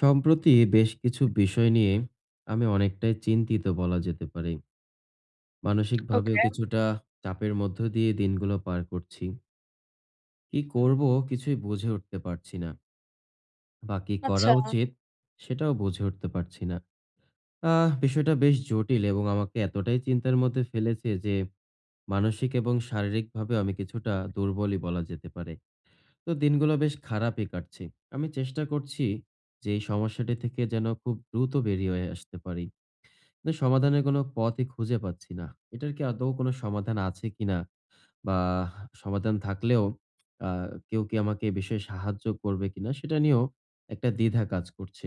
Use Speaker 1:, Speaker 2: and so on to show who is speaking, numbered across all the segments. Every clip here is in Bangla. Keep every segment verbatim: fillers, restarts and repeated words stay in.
Speaker 1: সম্প্রতি বেশ কিছু বিষয় নিয়ে আমি অনেকটাই চিন্তিত বলা যেতে পারে। মানসিকভাবেও
Speaker 2: ওকে।
Speaker 1: কিছুটা চাপের মধ্য দিয়ে দিনগুলো পার করছি। কি করব কিছুই বুঝে উঠতে পারছি না, বা কি
Speaker 2: আচ্ছা,
Speaker 1: করা উচিত সেটাও বুঝে উঠতে পারছি না। আহ বিষয়টা বেশ জটিল এবং আমাকে এতটাই চিন্তার মধ্যে ফেলেছে যে মানসিক এবং শারীরিকভাবেও আমি কিছুটা দুর্বলই বলা যেতে পারে। তো দিনগুলো বেশ খারাপই কাটছে। আমি চেষ্টা করছি যে এই সমস্যাটি থেকে যেন খুব দ্রুত বেরিয়ে হয়ে আসতে পারি। না, সমাধানের কোনো পথই খুঁজে পাচ্ছি না। এটার কি আদৌ কোনো সমাধান আছে কিনা? বা সমাধান থাকলেও আ কেউ কি আমাকে এ বিষয়ে সাহায্য করবে কিনা, সেটা নিয়েও একটা দ্বিধা কাজ করছে।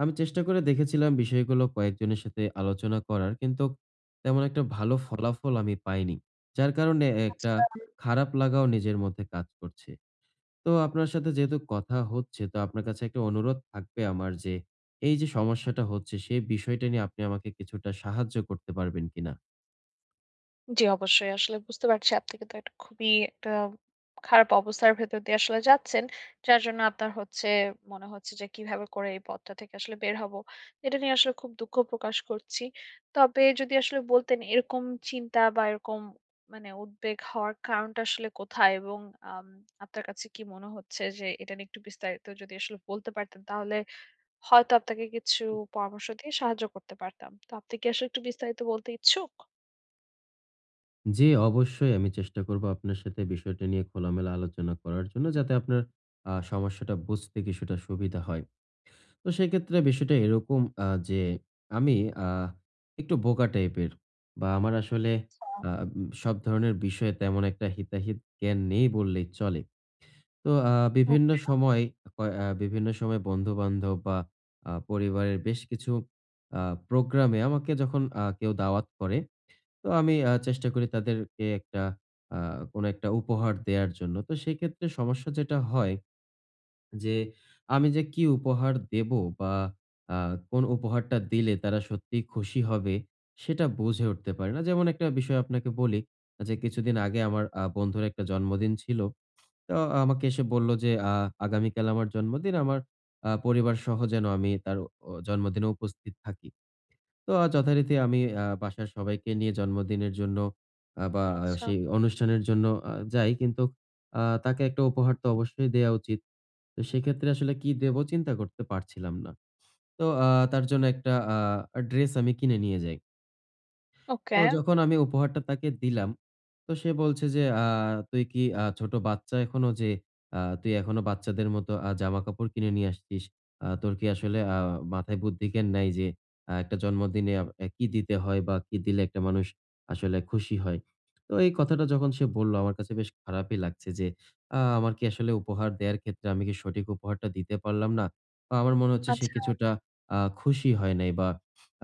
Speaker 1: আমি চেষ্টা করে দেখেছিলাম বিষয়গুলো কয়েকজনের সাথে আলোচনা করার, কিন্তু তেমন একটা ভালো ফলাফল আমি পাইনি। যার কারণে একটা
Speaker 2: আচ্ছা।
Speaker 1: খারাপ লাগাও নিজের মধ্যে কাজ করছে। তো আপনার সাথে যেহেতু কথা হচ্ছে, তো আপনার কাছে একটা অনুরোধ থাকবে আমার যে, এই যে সমস্যাটা হচ্ছে, সেই বিষয়টা নিয়ে আপনি আমাকে কিছুটা সাহায্য করতে পারবেন কিনা?
Speaker 2: জি, অবশ্যই। আসলে বুঝতে পারছি আপনি কিন্তু একটা খুবই একটা খারাপ অবস্থার ভেতর দিয়ে আসলে যাচ্ছেন। যার জন্য আপনার হচ্ছে মনে হচ্ছে যে কিভাবে করে এই পথটা থেকে আসলে বের হব। এটা নিয়ে আসলে খুব দুঃখ প্রকাশ করছি। তবে যদি আসলে বলতেন এরকম চিন্তা বা এরকম মানে উদ্বেগ হওয়ার কারণটা আসলে কোথায়? এবং আম আপনার কাছে কি মনে হচ্ছে যে এটা নিয়ে একটু বিস্তারিত যদি আসলে বলতে পারতেন তাহলে হয়তো আপনাকে কিছু পরামর্শ দিয়ে সাহায্য করতে পারতাম। তো আপনি কি আসলে একটু বিস্তারিত বলতে ইচ্ছুক?
Speaker 1: জি, অবশ্যই আমি চেষ্টা করব আপনার সাথে বিষয়টা নিয়ে খোলামেলা আলোচনা করার জন্য, যাতে আপনার আ সমস্যাটা বুঝতে কিছুটা সুবিধা হয়। তো সেক্ষেত্রে বিষয়টা এরকম আ যে, আমি আ একটু বোকা টাইপের, বা আমার আসলে আ উম সব ধরনের বিষয়ে তেমন একটা হিতাহিত জ্ঞান নেই বললেই চলে। তো আ বিভিন্ন
Speaker 2: আচ্ছা,
Speaker 1: সময় কয় আ বিভিন্ন সময় বন্ধু-বান্ধব বা আ পরিবারের বেশ কিছু আ প্রোগ্রামে আমাকে যখন আ কেউ দাওয়াত করে, তো আমি আ চেষ্টা করি তাদেরকে একটা আ কোনো একটা উপহার দেয়ার জন্য। তো সেক্ষেত্রে সমস্যা যেটা হয় যে, আমি যে কি উপহার দেবো বা আ কোন উপহারটা দিলে তারা সত্যিই খুশি হবে, সেটা বুঝে উঠতে পারি না। যেমন একটা বিষয় আপনাকে বলি যে, কিছুদিন আগে আমার আ বন্ধুর একটা জন্মদিন ছিল। তো আমাকে এসে বলল যে, আ আগামীকাল আমার জন্মদিন। আমার আ পরিবারসহ যেন আমি তার অ জন্মদিনে উপস্থিত থাকি।" তো আ যথারীতি আমি আ বাসার সবাইকে নিয়ে জন্মদিনের জন্য, আ বা আহ,
Speaker 2: আচ্ছা,
Speaker 1: সেই অনুষ্ঠানের জন্য আ যাই। কিন্তু আ তাকে একটা উপহার তো অবশ্যই দেয়া উচিত। তো সেক্ষেত্রে আসলে কি দেব চিন্তা করতে পারছিলাম না। তো আ তার জন্য একটা আ ড্রেস আমি কিনে নিয়ে যাই। তো
Speaker 2: ওকে,
Speaker 1: যখন আমি উপহারটা তাকে দিলাম, তো সে বলছে যে, "আ তুই কি আ ছোট বাচ্চা এখনো যে আ তুই এখনো বাচ্চাদের মতো আ জামাকাপড় কিনে নিয়ে আসছিস? আ তোর কি আসলে আ মাথায় বুদ্ধিজ্ঞান নাই যে আ একটা জন্মদিনে আ কি দিতে হয় বা কি দিলে একটা মানুষ আসলে খুশি হয়?" তো এই কথাটা যখন সে বলল, আমার কাছে বেশ খারাপই লাগছে যে আ আমার কি আসলে উপহার দেয়ার ক্ষেত্রে আমি কি সঠিক উপহারটা দিতে পারলাম না? বা আমার মনে হচ্ছে সে
Speaker 2: আচ্ছা,
Speaker 1: কিছুটা আ খুশি হয় নাই, বা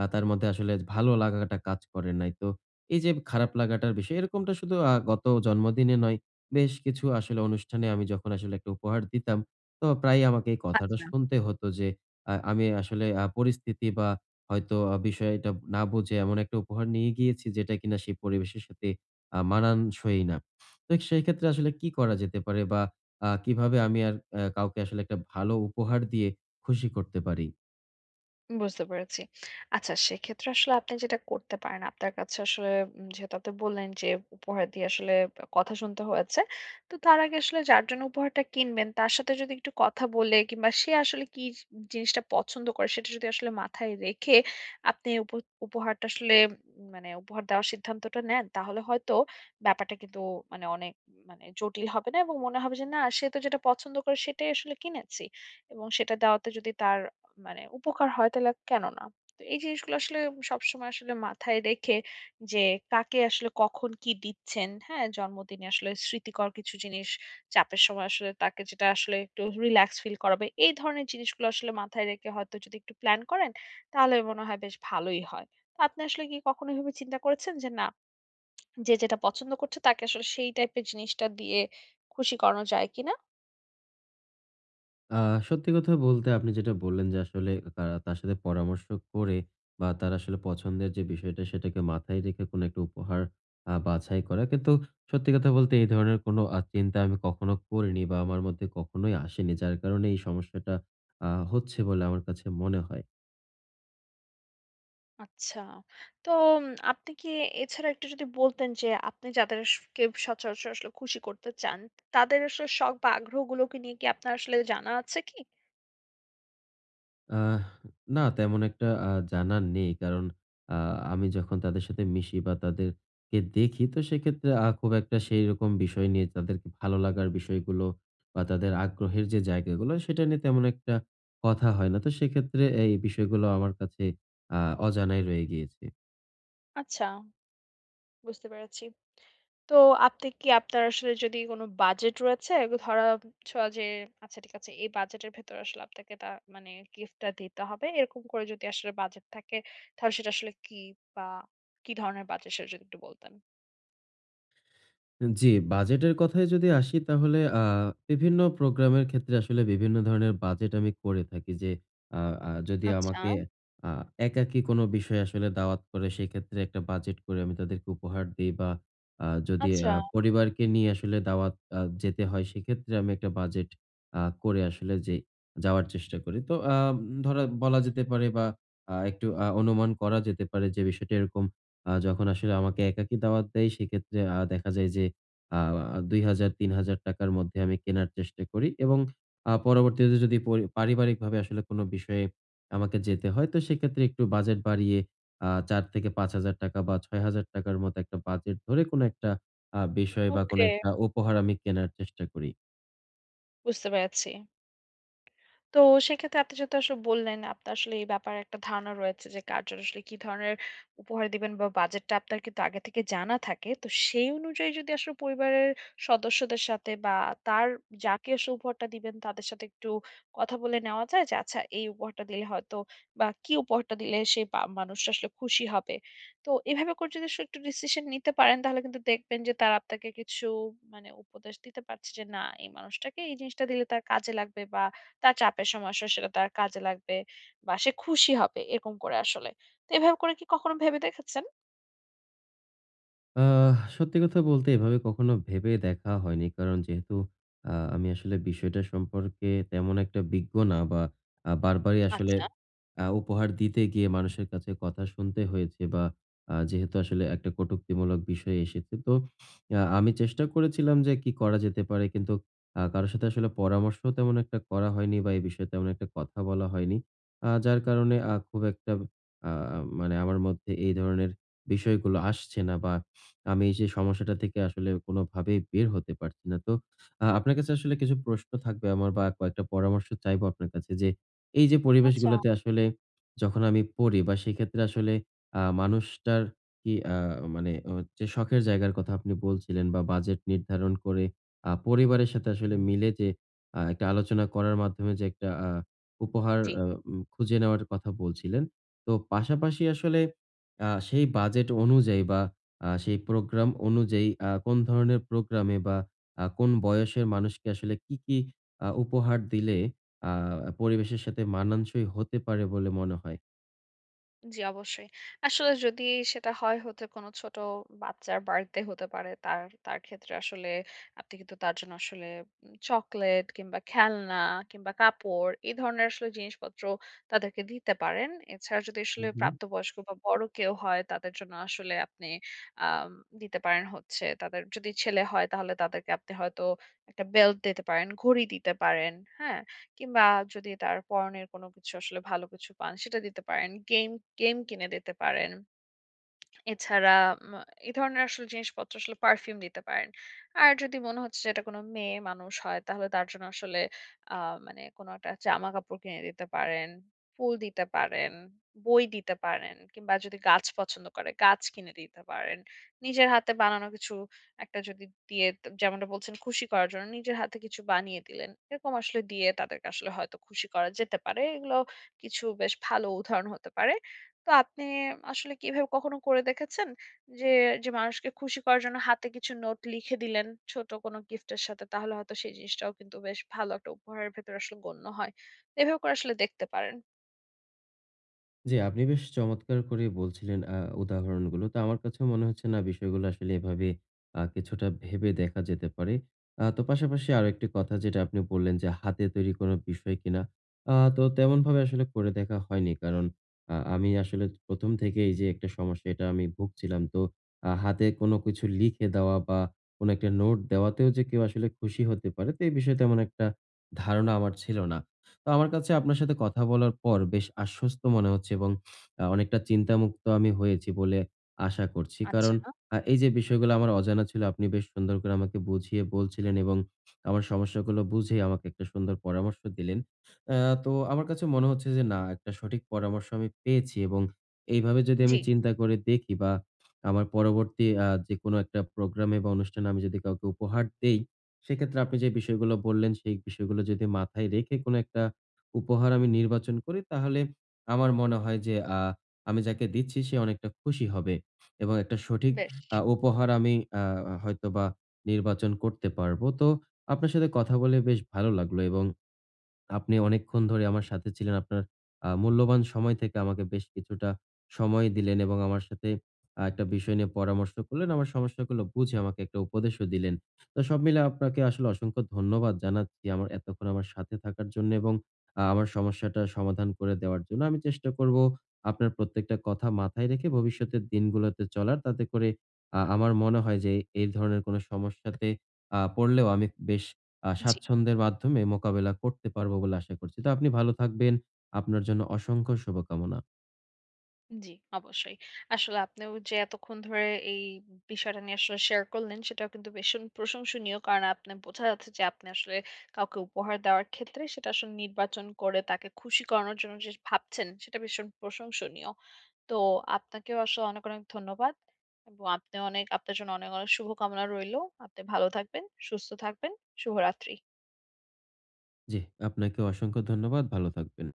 Speaker 1: আ তার মধ্যে আসলে ভালো লাগাটা কাজ করে নাই। তো এই যে খারাপ লাগাটার বিষয়, এরকমটা শুধু আ গত জন্মদিনে নয়, বেশ কিছু আসলে অনুষ্ঠানে আমি যখন আসলে একটা উপহার দিতাম, তো প্রায়ই আমাকে এই কথাটা
Speaker 2: আচ্ছা।
Speaker 1: শুনতে হতো যে, আ আমি আসলে আ পরিস্থিতি, বা হয়তো আ বিষয়টা না বুঝে এমন একটা উপহার নিয়ে গিয়েছি, যেটা কিনা সেই পরিবেশের সাথে আ মানানসই না। তো সেই ক্ষেত্রে আসলে কি করা যেতে পারে, বা আ কিভাবে আমি আর আ কাউকে আসলে একটা ভালো উপহার দিয়ে খুশি করতে পারি?
Speaker 2: বুঝতে পেরেছি। আচ্ছা সেক্ষেত্রে আসলে আপনি যেটা করতে পারেন, আপনার কাছে আসলে উম যেহেতু আপনি বললেন যে উপহার দিয়ে আসলে কথা শুনতে হয়েছে। তো তার আগে আসলে যার জন্য উপহারটা কিনবেন তার সাথে যদি একটু কথা বলে কিংবা সে আসলে কি জিনিসটা পছন্দ করে সেটা যদি আসলে মাথায় রেখে আপনি উপ উপহারটা আসলে উম, মানে উপহার দেওয়ার সিদ্ধান্তটা নেন, তাহলে হয়তো ব্যাপারটা কিন্তু মানে অনেক মানে জটিল হবে না এবং মনে হবে যে না সে তো যেটা পছন্দ করে সেটাই আসলে কিনেছি। এবং সেটা দেওয়াতে যদি তার মানে উপকার হয় তাহলে কেন না? তো এই জিনিসগুলো আসলে সবসময় আসলে মাথায় রেখে যে কাকে আসলে কখন কি দিচ্ছেন, হ্যাঁ? জন্মদিনে আসলে স্মৃতিকর কিছু জিনিস, চাপের সময় আসলে তাকে যেটা আসলে একটু রিল্যাক্স ফিল করাবে। এই ধরনের জিনিসগুলো আসলে মাথায় রেখে হয়তো যদি একটু প্ল্যান করেন, তাহলে মনে হয় বেশ ভালোই হয়। তো আপনি আসলে কি কখনো এভাবে চিন্তা করেছেন যে না, যে যেটা পছন্দ করছে তাকে আসলে সেই টাইপের জিনিসটা দিয়ে খুশি করানো যায় কিনা?
Speaker 1: আ সত্যি কথা বলতে, আপনি যেটা বললেন যে আসলে তারা তার সাথে পরামর্শ করে, বা তার আসলে পছন্দের যে বিষয়টা সেটাকে মাথায় রেখে কোনো একটা উপহার আ বাছাই করা। কিন্তু সত্যি কথা বলতে, এই ধরনের কোনো আ চিন্তা আমি কখনো করিনি, বা আমার মধ্যে কখনোই আসেনি। যার কারণে এই সমস্যাটা আ হচ্ছে বলে আমার কাছে মনে হয়।
Speaker 2: আচ্ছা। তো উম আপনি কি এছাড়া একটু যদি বলতেন যে আপনি যাদের স কে সচরাচর আসলে খুশি করতে চান, তাদের আসলে শখ বা আগ্রহগুলোকে নিয়ে কি আপনার আসলে জানা আছে কি?
Speaker 1: আহ না, তেমন একটা আ জানা নেই। কারণ আ আমি যখন তাদের সাথে মিশি বা তাদেরকে দেখি, তো সেক্ষেত্রে আ খুব একটা সেইরকম বিষয় নিয়ে তাদেরকে ভালো লাগার বিষয়গুলো, বা তাদের আগ্রহের যে জায়গাগুলো, সেটা নিয়ে তেমন একটা কথা হয় না। তো সেক্ষেত্রে এই বিষয়গুলো আমার কাছে আ অজানাই রয়ে গিয়েছে।
Speaker 2: আচ্ছা, বুঝতে পেরেছি। তো আপনি কি আপনার আসলে যদি কোনো বাজেট রয়েছে, ধরা ছোঁয়া যে আচ্ছা ঠিক আছে এই বাজেটের ভেতরে আসলে আপনাকে তা মানে গিফটটা দিতে হবে। এরকম করে যদি আসলে বাজেট থাকে তাহলে সেটা আসলে কি বা কি ধরনের বাজেট সেটা যদি একটু বলতেন?
Speaker 1: জি, বাজেটের কথায় যদি আসি, তাহলে আ বিভিন্ন প্রোগ্রামের ক্ষেত্রে আসলে বিভিন্ন ধরনের বাজেট আমি করে থাকি যে, আ আ যদি
Speaker 2: আচ্ছা,
Speaker 1: আমাকে আ একাকী কোনো বিষয়ে আসলে দাওয়াত করে, সেক্ষেত্রে একটা বাজেট করে আমি তাদেরকে উপহার দেই, বা আ যদি
Speaker 2: আচ্ছা।
Speaker 1: আ পরিবারকে নিয়ে আসলে দাওয়াত আ যেতে হয়, সেক্ষেত্রে আমি একটা বাজেট আ করে আসলে যে যাওয়ার চেষ্টা করি। তো আ ধরা বলা যেতে পারে, বা আ একটু আ অনুমান করা যেতে পারে যে বিষয়টা এরকম, আ যখন আসলে আমাকে একাকী দাওয়াত দেয় সেক্ষেত্রে আ দেখা যায় যে আ দুই হাজার, ৳তিন হাজার টাকা র মধ্যে আমি কেনার চেষ্টা করি, এবং আ পরবর্তীতে যদি পরি পারিবারিকভাবে আসলে কোনো বিষয়ে আমাকে যেতে হয়, তো সেক্ষেত্রে একটু বাজেট বাড়িয়ে আ চার থেকে ৳পাঁচ হাজার টাকা বা ৳ছয় হাজার টাকা র মতো একটা বাজেট ধরে কোনো একটা আ বিষয় বা কোনো
Speaker 2: ওকে,
Speaker 1: একটা উপহার আমি কেনার চেষ্টা করি।
Speaker 2: বুঝতে পেরেছি। তো সেক্ষেত্রে আপনি যেহেতু আসলে বললেন, আপনার আসলে এই ব্যাপারে একটা ধারণা রয়েছে যে, কার জন্য আসলে কি ধরনের উপহার দিবেন বা বাজেটটা আপনার কিন্তু আগে থেকে জানা থাকে। তো সেই অনুযায়ী যদি আসলে পরিবারের সদস্যদের সাথে বা তার যাকে আসলে উপহারটা দিবেন তাদের সাথে একটু কথা বলে নেওয়া যায় যে, আচ্ছা এই উপহারটা দিলে হয়তো বা কি উপহারটা দিলে সেই পা মানুষটা আসলে খুশি হবে। তো এভাবে করে যদি আসলে একটু ডিসিশন নিতে পারেন তাহলে কিন্তু দেখবেন যে, তারা আপনাকে কিছু মানে উপদেশ দিতে পারছে যে, না এই মানুষটাকে এই জিনিসটা দিলে তার কাজে লাগবে বা তার চাপের সময় আসলে সেটা তার কাজে লাগবে বা সে খুশি হবে এরকম করে আসলে। তো এভাবে করে কি কখনো ভেবে দেখেছেন?
Speaker 1: আহ সত্যি কথা বলতে, এভাবে কখনো ভেবে দেখা হয়নি। কারণ যেহেতু আ আমি আসলে বিষয়টা সম্পর্কে তেমন একটা বিজ্ঞ না, বা আ বারবারই আসলে
Speaker 2: আচ্ছা,
Speaker 1: আ উপহার দিতে গিয়ে মানুষের কাছে কথা শুনতে হয়েছে, বা আ যেহেতু আসলে একটা কটূক্তিমূলক বিষয় এসেছে। তো আ আমি চেষ্টা করেছিলাম যে কি করা যেতে পারে, কিন্তু আ কারো সাথে আসলে পরামর্শ তেমন একটা করা হয়নি, বা এই বিষয়ে তেমন একটা কথা বলা হয়নি। আ যার কারণে আ খুব একটা আ মানে আমার মধ্যে এই ধরনের বিষয়গুলো আসছে না, বা আমি এই যে সমস্যাটা থেকে আসলে কোনোভাবেই বের হতে পারছি না। তো আ আপনার কাছে আসলে কিছু প্রশ্ন থাকবে আমার, বা কয়েকটা পরামর্শ চাইবো আপনার কাছে যে, এই যে
Speaker 2: আচ্ছা।
Speaker 1: পরিবেশগুলোতে আসলে যখন আমি পড়ি বা সেক্ষেত্রে আসলে আ মানুষটার কি আ মানে, অ যে শখের জায়গার কথা আপনি বলছিলেন, বা বাজেট নির্ধারণ করে আ পরিবারের সাথে আসলে মিলে যে আ একটা আলোচনা করার মাধ্যমে যে একটা আ উপহার
Speaker 2: জি।
Speaker 1: আ উম খুঁজে নেওয়ার কথা বলছিলেন। তো পাশাপাশি আসলে আ সেই বাজেট অনুযায়ী, বা আ সেই প্রোগ্রাম অনুযায়ী আ কোন ধরনের প্রোগ্রামে বা আ কোন বয়সের মানুষকে আসলে কি, কি আ উপহার দিলে আ পরিবেশের সাথে মানানসই হতে পারে বলে মনে হয়?
Speaker 2: জি, অবশ্যই। আসলে যদি সেটা হয় হতে কোনো ছোট বাচ্চার বার্থডে হতে পারে। তার তার ক্ষেত্রে আসলে আপনি কিন্তু তার জন্য আসলে উম চকোলেট কিংবা খেলনা কিংবা কাপড় এই ধরনের আসলে জিনিসপত্র তাদেরকে দিতে পারেন। এছাড়া যদি আসলে
Speaker 1: হুম।
Speaker 2: প্রাপ্তবয়স্ক বা বড় কেউ হয় তাদের জন্য আসলে আপনি আম দিতে পারেন হচ্ছে তাদের যদি ছেলে হয় তাহলে তাদেরকে আপনি হয়তো একটা বেল্ট দিতে পারেন, ঘড়ি দিতে পারেন। হ্যাঁ? কিংবা যদি তার পরনের কোনো কিছু আসলে ভালো কিছু পান সেটা দিতে পারেন। গেম গেম কিনে দিতে পারেন। এছাড়া উম এ ধরনের আসলে জিনিসপত্র আসলে পারফিউম দিতে পারেন। আর যদি মনে হচ্ছে যে এটা কোনো মেয়ে মানুষ হয় তাহলে তার জন্য আসলে আ মানে কোনো একটা জামা-কাপড় কিনে দিতে পারেন, ফুল দিতে পারেন, বই দিতে পারেন কিংবা যদি গাছ পছন্দ করে গাছ কিনে দিতে পারেন। নিজের হাতে বানানো কিছু একটা যদি দিয়ে যেমনটা বলছেন খুশি করার জন্য নিজের হাতে কিছু বানিয়ে দিলেন। এরকম আসলে দিয়ে তাদেরকে আসলে হয়তো খুশি করা যেতে পারে। এগুলো কিছু বেশ ভালো উদাহরণ হতে পারে। তো আপনি আসলে কি এভাবে কখনো করে দেখেছেন? যে, যে মানুষকে খুশি করার জন্য হাতে কিছু নোট লিখে দিলেন ছোট কোনো গিফটের সাথে তাহলে হয়তো সেই জিনিসটাও কিন্তু বেশ ভালো একটা উপহারের ভেতরে আসলে গণ্য হয়। তো এভাবে করে আসলে দেখতে পারেন।
Speaker 1: জি, আপনি বেশ চমৎকার করে বলছিলেন আ উদাহরণগুলো। তো আমার কাছেও মনে হচ্ছে, না, বিষয়গুলো আসলে এভাবে আ কিছুটা ভেবে দেখা যেতে পারে। আ তো পাশাপাশি আরেকটি কথা যেটা আপনি বললেন যে হাতে তৈরি কোনো বিষয় কিনা। আ তো তেমনভাবে আসলে করে দেখা হয়নি। কারণ আ আমি আসলে প্রথম থেকেই এই যে একটা সমস্যা এটা আমি ভুগছিলাম। তো আ হাতে কোনো কিছু লিখে দেওয়া, বা কোনো একটা নোট দেওয়াতেও যে কেউ আসলে খুশি হতে পারে, তো এই বিষয়ে তেমন একটা ধারণা আমার ছিল না। তো আমার কাছে আপনার সাথে কথা বলার পর বেশ আশ্বস্ত মনে হচ্ছে, এবং আ অনেকটা চিন্তামুক্ত আমি হয়েছি বলে আশা করছি।
Speaker 2: আচ্ছা।
Speaker 1: কারণ আ এই যে বিষয়গুলো আমার অজানা ছিল, আপনি বেশ সুন্দর করে আমাকে বুঝিয়ে বলছিলেন, এবং আমার সমস্যাগুলো বুঝে আমাকে একটা সুন্দর পরামর্শ দিলেন। আ তো আমার কাছে মনে হচ্ছে যে, না, একটা সঠিক পরামর্শ আমি পেয়েছি, এবং এইভাবে যদি
Speaker 2: জি,
Speaker 1: আমি চিন্তা করে দেখি, বা আমার পরবর্তী আ যেকোনো একটা প্রোগ্রামে বা অনুষ্ঠানে আমি যদি কাউকে উপহার দেই, সেক্ষেত্রে আপনি যে বিষয়গুলো বললেন সেই বিষয়গুলো যদি মাথায় রেখে কোনো একটা উপহার আমি নির্বাচন করি, তাহলে আমার মনে হয় যে আ আমি যাকে দিচ্ছি সে অনেকটা খুশি হবে, এবং একটা সঠিক
Speaker 2: বেশ।
Speaker 1: আ উপহার আমি আ হয়তোবা নির্বাচন করতে পারবো। তো আপনার সাথে কথা বলে বেশ ভালো লাগলো, এবং আপনি অনেকক্ষণ ধরে আমার সাথে ছিলেন। আপনার আ মূল্যবান সময় থেকে আমাকে বেশ কিছুটা সময় দিলেন, এবং আমার সাথে আ একটা বিষয় নিয়ে পরামর্শ করলেন। আমার সমস্যাগুলো বুঝে আমাকে একটা উপদেশও দিলেন। তো সব মিলে আপনাকে আসলে অসংখ্য ধন্যবাদ জানাচ্ছি আমার এতক্ষণ আমার সাথে থাকার জন্য, এবং আ আমার সমস্যাটা সমাধান করে দেওয়ার জন্য। আমি চেষ্টা করব আপনার প্রত্যেকটা কথা মাথায় রেখে ভবিষ্যতের দিনগুলোতে চলার। তাতে করে আ আমার মনে হয় যে এই ধরনের কোনো সমস্যাতে আ পড়লেও আমি বেশ আ স্বাচ্ছন্দ্যের মাধ্যমে মোকাবেলা করতে পারবো বলে আশা করছি। তো আপনি ভালো থাকবেন। আপনার জন্য অসংখ্য শুভকামনা।
Speaker 2: জি, অবশ্যই। আসলে আপনিও যে এতক্ষণ ধরে এই বিষয়টা নিয়ে আসলে শেয়ার করলেন, সেটাও কিন্তু ভীষণ প্রশংসনীয়। কারণ আপনি বোঝা যাচ্ছে যে আপনি আসলে কাউকে উপহার দেওয়ার ক্ষেত্রে সেটা আসলে নির্বাচন করে তাকে খুশি করানোর জন্য যে ভাবছেন, সেটা ভীষণ প্রশংসনীয়। তো আপনাকেও আসলে অনেক, অনেক ধন্যবাদ। এবং আপনি অনেক আপনার জন্য অনেক, অনেক শুভকামনা রইলো। আপনি ভালো থাকবেন, সুস্থ থাকবেন। শুভরাত্রি।
Speaker 1: জি, আপনাকেও অসংখ্য ধন্যবাদ। ভালো থাকবেন।